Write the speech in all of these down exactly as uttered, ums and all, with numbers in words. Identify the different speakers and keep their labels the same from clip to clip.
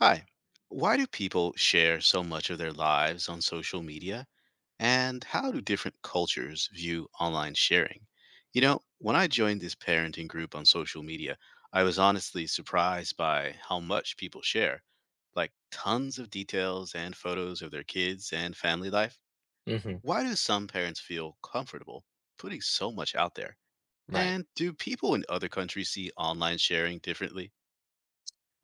Speaker 1: Hi. Why do people share so much of their lives on social media? And how do different cultures view online sharing? You know, when I joined this parenting group on social media, I was honestly surprised by how much people share like tons of details and photos of their kids and family life.
Speaker 2: Hmm.
Speaker 1: Why do some parents feel comfortable putting so much out there?
Speaker 2: Right.
Speaker 1: And do people in other countries see online sharing differently?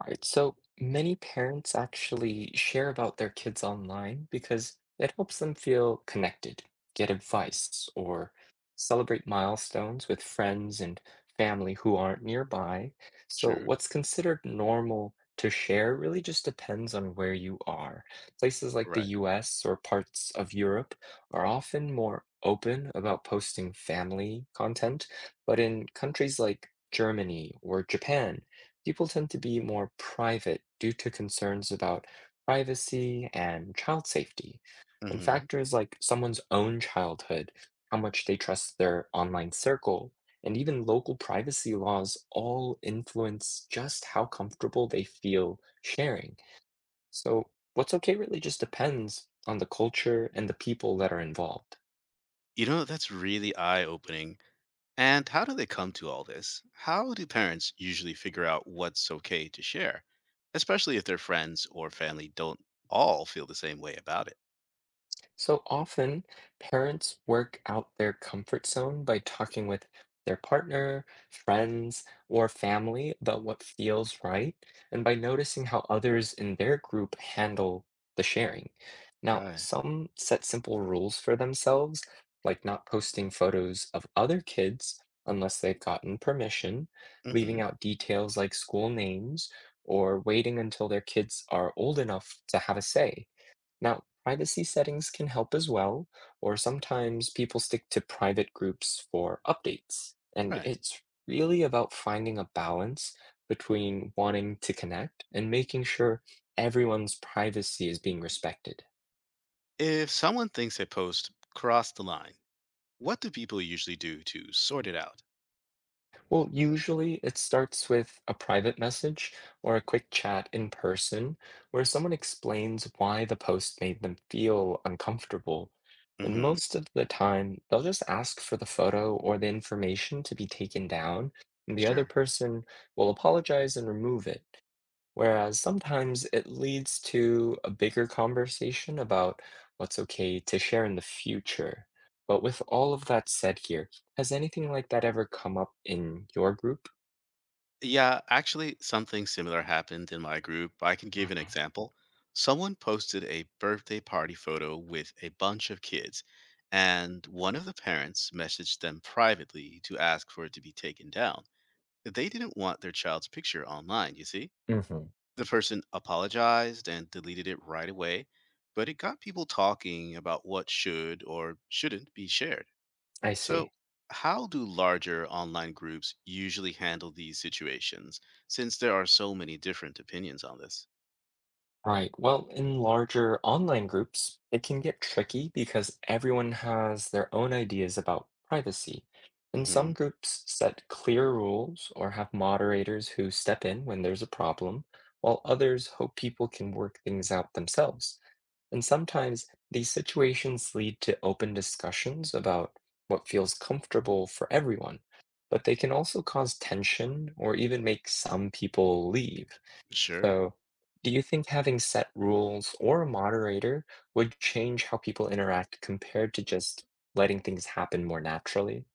Speaker 2: All right. So many parents actually share about their kids online because it helps them feel connected, get advice, or celebrate milestones with friends and family who aren't nearby. So
Speaker 1: Sure.
Speaker 2: what's considered normal to share really just depends on where you are. Places like the
Speaker 1: Right.
Speaker 2: U S or parts of Europe are often more open about posting family content, but in countries like Germany or Japan, people tend to be more private due to concerns about privacy and child safety, and
Speaker 1: Hmm.
Speaker 2: factors like someone's own childhood, how much they trust their online circle, and even local privacy laws all influence just how comfortable they feel sharing. So, what's okay really just depends on the culture and the people that are involved.
Speaker 1: You know, that's really eye-opening. And how do they come to all this? How do parents usually figure out what's okay to share, especially if their friends or family don't all feel the same way about it?
Speaker 2: So often, parents work out their comfort zone by talking with their partner, friends, or family about what feels right, and by noticing how others in their group handle the sharing. Now,
Speaker 1: Right.
Speaker 2: some set simple rules for themselves, like not posting photos of other kids unless they've gotten permission,
Speaker 1: Hmm.
Speaker 2: leaving out details like school names, or waiting until their kids are old enough to have a say. Now, privacy settings can help as well, or sometimes people stick to private groups for updates. And
Speaker 1: Right.
Speaker 2: it's really about finding a balance between wanting to connect and making sure everyone's privacy is being respected.
Speaker 1: If someone thinks a post crossed the line, what do people usually do to sort it out?
Speaker 2: Well, usually it starts with a private message or a quick chat in person where someone explains why the post made them feel uncomfortable. And
Speaker 1: Hmm.
Speaker 2: most of the time, they'll just ask for the photo or the information to be taken down, and the other
Speaker 1: Sure.
Speaker 2: person will apologize and remove it. Whereas sometimes it leads to a bigger conversation about what's okay to share in the future. But with all of that said here, has anything like that ever come up in your group?
Speaker 1: Yeah, actually, something similar happened in my group. I can give an example. Someone posted a birthday party photo with a bunch of kids, and one of the parents messaged them privately to ask for it to be taken down. They didn't want their child's picture online, you see?
Speaker 2: Hmm. Hmm.
Speaker 1: The person apologized and deleted it right away, but it got people talking about what should or shouldn't be shared.
Speaker 2: I see.
Speaker 1: So, how do larger online groups usually handle these situations since there are so many different opinions on this?
Speaker 2: Right. Well, in larger online groups, it can get tricky because everyone has their own ideas about privacy. And some
Speaker 1: Hmm.
Speaker 2: groups set clear rules or have moderators who step in when there's a problem, while others hope people can work things out themselves. And sometimes these situations lead to open discussions about what feels comfortable for everyone, but they can also cause tension or even make some people leave.
Speaker 1: Sure.
Speaker 2: So, do you think having set rules or a moderator would change how people interact compared to just letting things happen more naturally?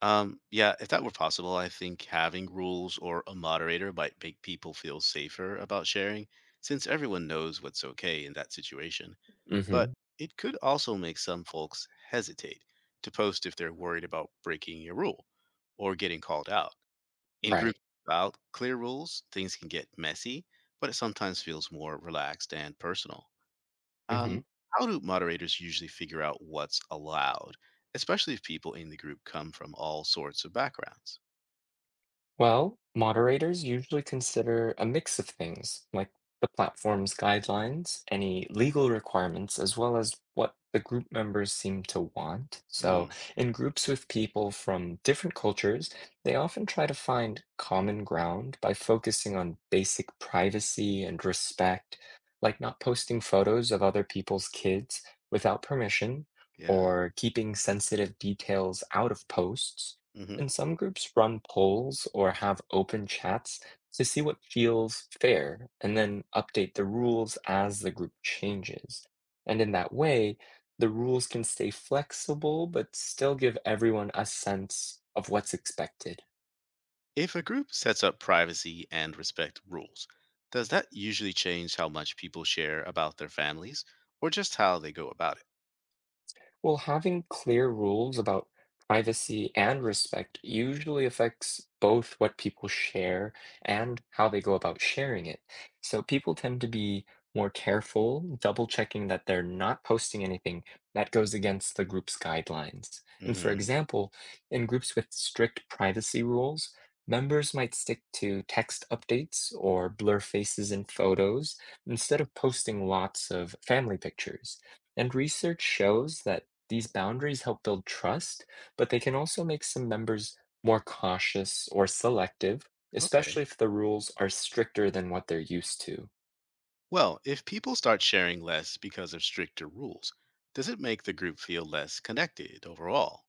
Speaker 1: Um, yeah, if that were possible, I think having rules or a moderator might make people feel safer about sharing since everyone knows what's okay in that situation.
Speaker 2: Hmm.
Speaker 1: But it could also make some folks hesitate to post if they're worried about breaking a rule or getting called out. In
Speaker 2: Right.
Speaker 1: groups without clear rules, things can get messy, but it sometimes feels more relaxed and personal.
Speaker 2: Hmm.
Speaker 1: Um, how do moderators usually figure out what's allowed, especially if people in the group come from all sorts of backgrounds?
Speaker 2: Well, moderators usually consider a mix of things, like the platform's guidelines, any legal requirements, as well as what the group members seem to want. So,
Speaker 1: Mm,
Speaker 2: in groups with people from different cultures, they often try to find common ground by focusing on basic privacy and respect, like not posting photos of other people's kids without permission
Speaker 1: yeah.
Speaker 2: or keeping sensitive details out of posts.
Speaker 1: Hmm.
Speaker 2: And some groups run polls or have open chats to see what feels fair and then update the rules as the group changes. And in that way, the rules can stay flexible but still give everyone a sense of what's expected.
Speaker 1: If a group sets up privacy and respect rules, does that usually change how much people share about their families or just how they go about it?
Speaker 2: Well, having clear rules about privacy and respect usually affects both what people share and how they go about sharing it. So people tend to be more careful, double checking that they're not posting anything that goes against the group's guidelines. And for
Speaker 1: Hmm.
Speaker 2: example, in groups with strict privacy rules, members might stick to text updates or blur faces in photos instead of posting lots of family pictures. And research shows that these boundaries help build trust, but they can also make some members more cautious or selective, especially
Speaker 1: Okay.
Speaker 2: if the rules are stricter than what they're used to.
Speaker 1: Well, if people start sharing less because of stricter rules, does it make the group feel less connected overall?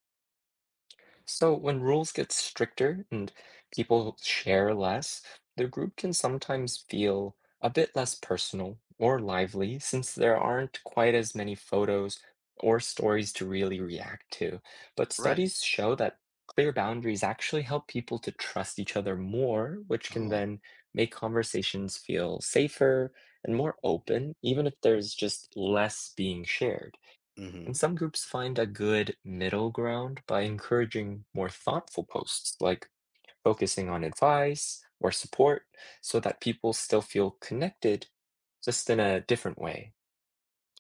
Speaker 2: So, when rules get stricter and people share less, the group can sometimes feel a bit less personal or lively since there aren't quite as many photos or stories to really react to. But
Speaker 1: Right.
Speaker 2: studies show that clear boundaries actually help people to trust each other more, which can
Speaker 1: Oh,
Speaker 2: then make conversations feel safer and more open, even if there's just less being shared. And
Speaker 1: hmm
Speaker 2: some groups find a good middle ground by encouraging more thoughtful posts, like focusing on advice or support, so that people still feel connected, just in a different way.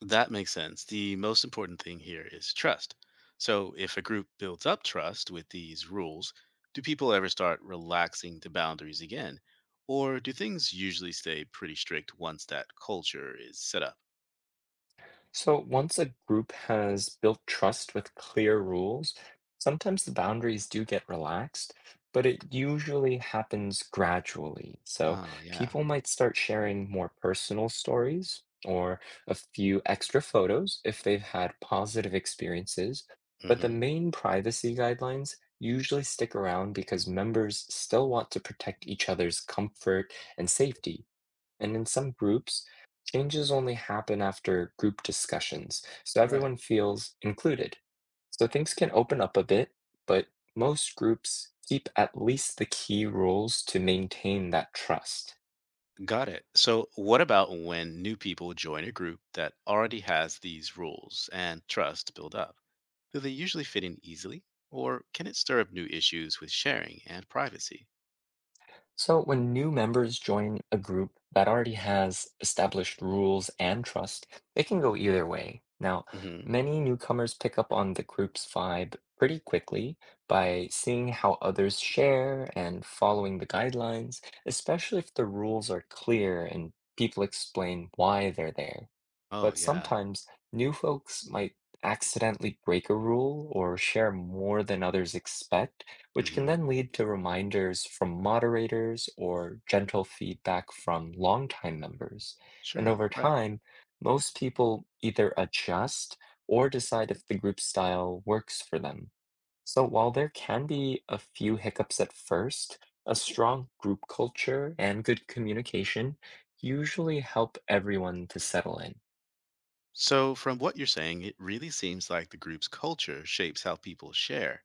Speaker 1: that makes sense. The most important thing here is trust. So, if a group builds up trust with these rules, do people ever start relaxing the boundaries again? Or do things usually stay pretty strict once that culture is set up?
Speaker 2: So once a group has built trust with clear rules, sometimes the boundaries do get relaxed, but it usually happens gradually. So
Speaker 1: Oh, yeah.
Speaker 2: people might start sharing more personal stories or a few extra photos if they've had positive experiences. But the
Speaker 1: Hmm.
Speaker 2: main privacy guidelines usually stick around because members still want to protect each other's comfort and safety. And in some groups, changes only happen after group discussions, so
Speaker 1: Right.
Speaker 2: everyone feels included. So things can open up a bit, but most groups keep at least the key rules to maintain that trust.
Speaker 1: Got it. So, what about when new people join a group that already has these rules and trust build up? Do they usually fit in easily, or can it stir up new issues with sharing and privacy?
Speaker 2: So, when new members join a group that already has established rules and trust, it can go either way. Now,
Speaker 1: Hmm.
Speaker 2: many newcomers pick up on the group's vibe pretty quickly by seeing how others share and following the guidelines, especially if the rules are clear and people explain why they're there,
Speaker 1: Oh,
Speaker 2: but
Speaker 1: yeah.
Speaker 2: sometimes new folks might accidentally break a rule or share more than others expect, which can
Speaker 1: Hmm.
Speaker 2: then lead to reminders from moderators or gentle feedback from longtime members. And
Speaker 1: Sure.
Speaker 2: over
Speaker 1: Right.
Speaker 2: time, most people either adjust or decide if the group style works for them. So while there can be a few hiccups at first, a strong group culture and good communication usually help everyone to settle in,
Speaker 1: So, from what you're saying, it really seems like the group's culture shapes how people share.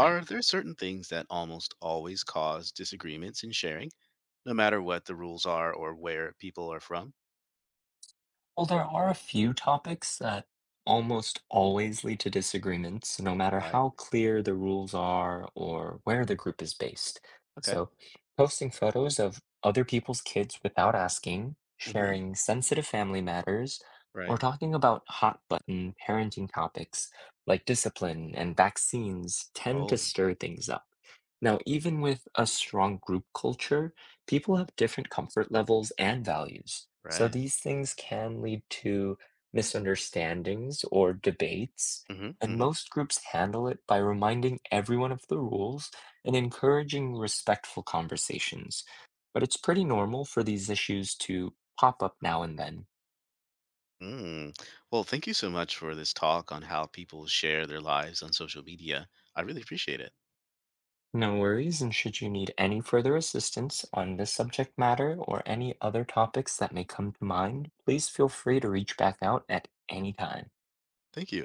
Speaker 2: right?
Speaker 1: there certain things that almost always cause disagreements in sharing, no matter what the rules are or where people are from?
Speaker 2: Well, there are a few topics that almost always lead to disagreements, no matter
Speaker 1: Like,
Speaker 2: how clear the rules are or where the group is based.
Speaker 1: okay.
Speaker 2: So, posting photos of other people's kids without asking,
Speaker 1: Hmm.
Speaker 2: sharing sensitive family matters, or
Speaker 1: Right.
Speaker 2: talking about hot button parenting topics like discipline and vaccines tend to
Speaker 1: Oh,
Speaker 2: stir things up. Now, even with a strong group culture, people have different comfort levels and values, so
Speaker 1: right.
Speaker 2: these things can lead to misunderstandings or debates.
Speaker 1: Hmm.
Speaker 2: And
Speaker 1: Hmm.
Speaker 2: most groups handle it by reminding everyone of the rules and encouraging respectful conversations. But it's pretty normal for these issues to pop up now and then.
Speaker 1: Mm. Well, thank you so much for this talk on how people share their lives on social media. I really appreciate it.
Speaker 2: No worries, and should you need any further assistance on this subject matter or any other topics that may come to mind, please feel free to reach back out at any time.
Speaker 1: Thank you.